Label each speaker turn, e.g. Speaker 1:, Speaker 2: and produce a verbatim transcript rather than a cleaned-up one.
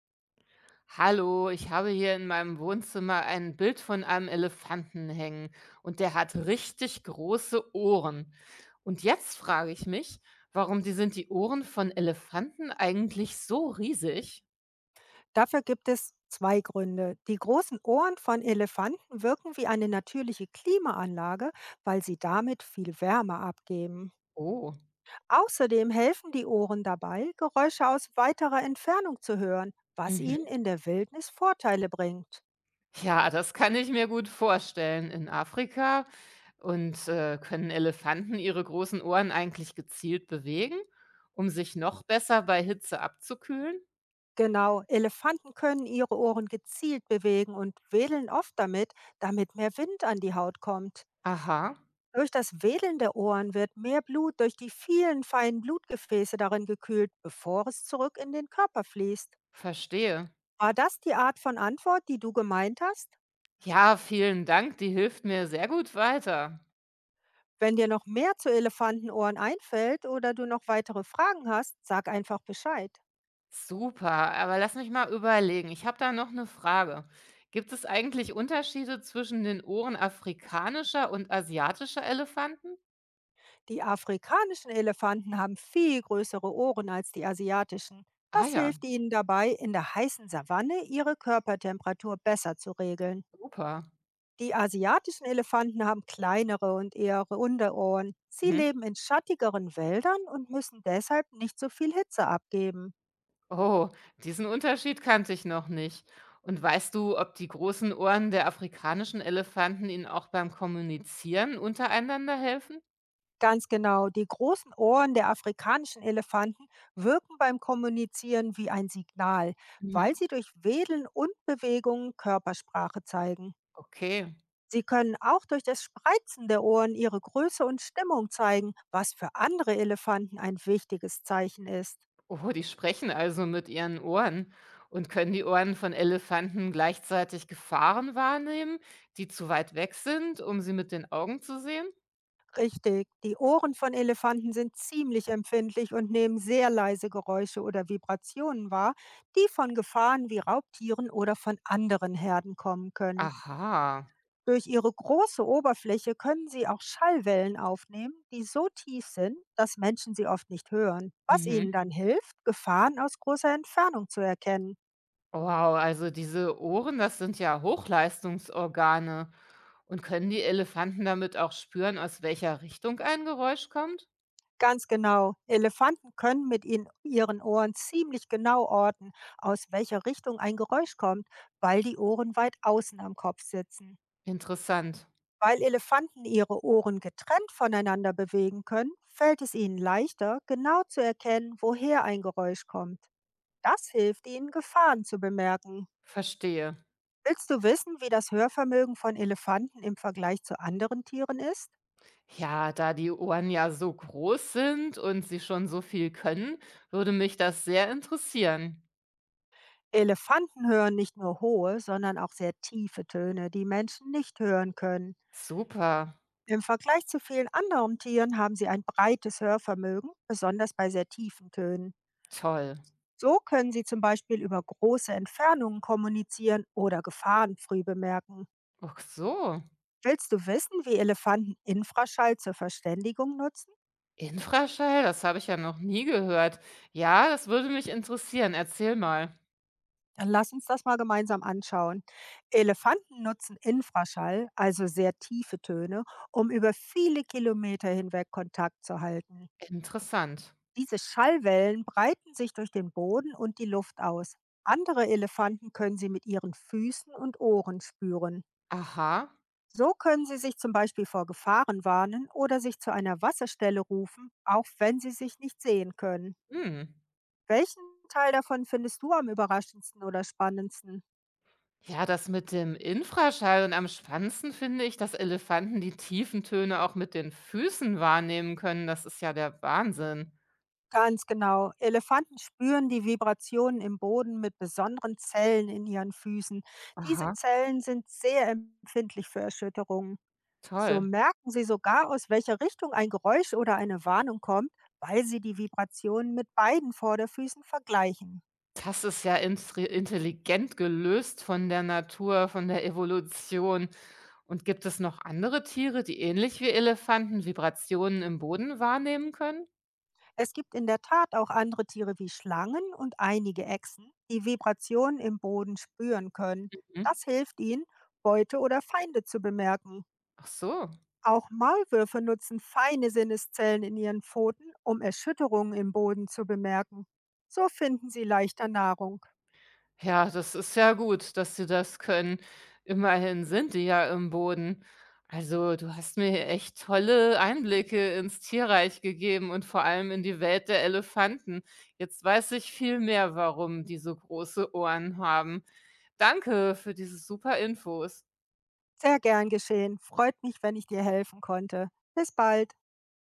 Speaker 1: Hallo, ich habe hier in meinem Wohnzimmer ein Bild von einem Elefanten hängen und der hat richtig große Ohren. Und jetzt frage ich mich, warum die sind die Ohren von Elefanten eigentlich so riesig?
Speaker 2: Dafür gibt es zwei Gründe. Die großen Ohren von Elefanten wirken wie eine natürliche Klimaanlage, weil sie damit viel Wärme abgeben.
Speaker 1: Oh,
Speaker 2: Außerdem helfen die Ohren dabei, Geräusche aus weiterer Entfernung zu hören, was ihnen
Speaker 1: mhm.
Speaker 2: in der Wildnis Vorteile bringt.
Speaker 1: Ja, das kann ich mir gut vorstellen. In Afrika und äh, können Elefanten ihre großen Ohren eigentlich gezielt bewegen, um sich noch besser bei Hitze abzukühlen?
Speaker 2: Genau, Elefanten können ihre Ohren gezielt bewegen und wedeln oft damit, damit mehr Wind an die Haut kommt.
Speaker 1: Aha,
Speaker 2: Durch das Wedeln der Ohren wird mehr Blut durch die vielen feinen Blutgefäße darin gekühlt, bevor es zurück in den Körper fließt.
Speaker 1: verstehe.
Speaker 2: War das die Art von Antwort, die du gemeint hast?
Speaker 1: Ja, vielen Dank. Die hilft mir sehr gut weiter.
Speaker 2: Wenn dir noch mehr zu Elefantenohren einfällt oder du noch weitere Fragen hast, sag einfach Bescheid.
Speaker 1: Super, aber lass mich mal überlegen. Ich habe da noch eine Frage. Gibt es eigentlich Unterschiede zwischen den Ohren afrikanischer und asiatischer Elefanten?
Speaker 2: Die afrikanischen Elefanten haben viel größere Ohren als die asiatischen.
Speaker 1: Ah
Speaker 2: Das
Speaker 1: ja,
Speaker 2: hilft ihnen dabei, in der heißen Savanne ihre Körpertemperatur besser zu regeln.
Speaker 1: super.
Speaker 2: Die asiatischen Elefanten haben kleinere und eher runde Ohren. Sie
Speaker 1: Mhm.
Speaker 2: leben in schattigeren Wäldern und müssen deshalb nicht so viel Hitze abgeben.
Speaker 1: Oh, diesen Unterschied kannte ich noch nicht. Und weißt du, ob die großen Ohren der afrikanischen Elefanten ihnen auch beim Kommunizieren untereinander helfen?
Speaker 2: Ganz genau, die großen Ohren der afrikanischen Elefanten wirken beim Kommunizieren wie ein Signal,
Speaker 1: Mhm.
Speaker 2: weil sie durch Wedeln und Bewegungen Körpersprache zeigen.
Speaker 1: Okay.
Speaker 2: Sie können auch durch das Spreizen der Ohren ihre Größe und Stimmung zeigen, was für andere Elefanten ein wichtiges Zeichen ist.
Speaker 1: Oh, die sprechen also mit ihren Ohren. Und können die Ohren von Elefanten gleichzeitig Gefahren wahrnehmen, die zu weit weg sind, um sie mit den Augen zu sehen?
Speaker 2: Richtig. Die Ohren von Elefanten sind ziemlich empfindlich und nehmen sehr leise Geräusche oder Vibrationen wahr, die von Gefahren wie Raubtieren oder von anderen Herden kommen können.
Speaker 1: Aha.
Speaker 2: Durch ihre große Oberfläche können sie auch Schallwellen aufnehmen, die so tief sind, dass Menschen sie oft nicht hören, was ihnen
Speaker 1: Mhm.
Speaker 2: dann hilft, Gefahren aus großer Entfernung zu erkennen.
Speaker 1: Wow, also diese Ohren, das sind ja Hochleistungsorgane. Und können die Elefanten damit auch spüren, aus welcher Richtung ein Geräusch kommt?
Speaker 2: Ganz genau. Elefanten können mit ihnen, ihren Ohren ziemlich genau orten, aus welcher Richtung ein Geräusch kommt, weil die Ohren weit außen am Kopf sitzen.
Speaker 1: Interessant.
Speaker 2: Weil Elefanten ihre Ohren getrennt voneinander bewegen können, fällt es ihnen leichter, genau zu erkennen, woher ein Geräusch kommt. Das hilft ihnen, Gefahren zu bemerken.
Speaker 1: Verstehe.
Speaker 2: Willst du wissen, wie das Hörvermögen von Elefanten im Vergleich zu anderen Tieren ist?
Speaker 1: Ja, da die Ohren ja so groß sind und sie schon so viel können, würde mich das sehr interessieren.
Speaker 2: Elefanten hören nicht nur hohe, sondern auch sehr tiefe Töne, die Menschen nicht hören können.
Speaker 1: Super,
Speaker 2: Im Vergleich zu vielen anderen Tieren haben sie ein breites Hörvermögen, besonders bei sehr tiefen Tönen.
Speaker 1: toll.
Speaker 2: So können sie zum Beispiel über große Entfernungen kommunizieren oder Gefahren früh bemerken.
Speaker 1: Ach so,
Speaker 2: Willst du wissen, wie Elefanten Infraschall zur Verständigung nutzen?
Speaker 1: Infraschall, das habe ich ja noch nie gehört. Ja, das würde mich interessieren. Erzähl mal.
Speaker 2: Lass uns das mal gemeinsam anschauen. Elefanten nutzen Infraschall, also sehr tiefe Töne, um über viele Kilometer hinweg Kontakt zu halten.
Speaker 1: Interessant.
Speaker 2: Diese Schallwellen breiten sich durch den Boden und die Luft aus. Andere Elefanten können sie mit ihren Füßen und Ohren spüren.
Speaker 1: Aha.
Speaker 2: So können sie sich zum Beispiel vor Gefahren warnen oder sich zu einer Wasserstelle rufen, auch wenn sie sich nicht sehen können.
Speaker 1: Hm.
Speaker 2: Welchen Teil davon findest du am überraschendsten oder spannendsten?
Speaker 1: Ja, das mit dem Infraschall und am spannendsten finde ich, dass Elefanten die tiefen Töne auch mit den Füßen wahrnehmen können. Das ist ja der Wahnsinn.
Speaker 2: Ganz genau. Elefanten spüren die Vibrationen im Boden mit besonderen Zellen in ihren Füßen. Diese
Speaker 1: Aha,
Speaker 2: Zellen sind sehr empfindlich für Erschütterungen. So
Speaker 1: toll.
Speaker 2: merken sie sogar, aus welcher Richtung ein Geräusch oder eine Warnung kommt, weil sie die Vibrationen mit beiden Vorderfüßen vergleichen.
Speaker 1: Das ist ja instri intelligent gelöst von der Natur, von der Evolution. Und gibt es noch andere Tiere, die ähnlich wie Elefanten Vibrationen im Boden wahrnehmen können?
Speaker 2: Es gibt in der Tat auch andere Tiere wie Schlangen und einige Echsen, die Vibrationen im Boden spüren können.
Speaker 1: Mhm.
Speaker 2: Das hilft ihnen, Beute oder Feinde zu bemerken.
Speaker 1: Ach so.
Speaker 2: Auch Maulwürfe nutzen feine Sinneszellen in ihren Pfoten, um Erschütterungen im Boden zu bemerken. So finden sie leichter Nahrung.
Speaker 1: Ja, das ist ja gut, dass sie das können. Immerhin sind die ja im Boden. Also, du hast mir echt tolle Einblicke ins Tierreich gegeben und vor allem in die Welt der Elefanten. Jetzt weiß ich viel mehr, warum die so große Ohren haben. Danke für diese super Infos.
Speaker 2: Sehr gern geschehen. Freut mich, wenn ich dir helfen konnte. Bis bald.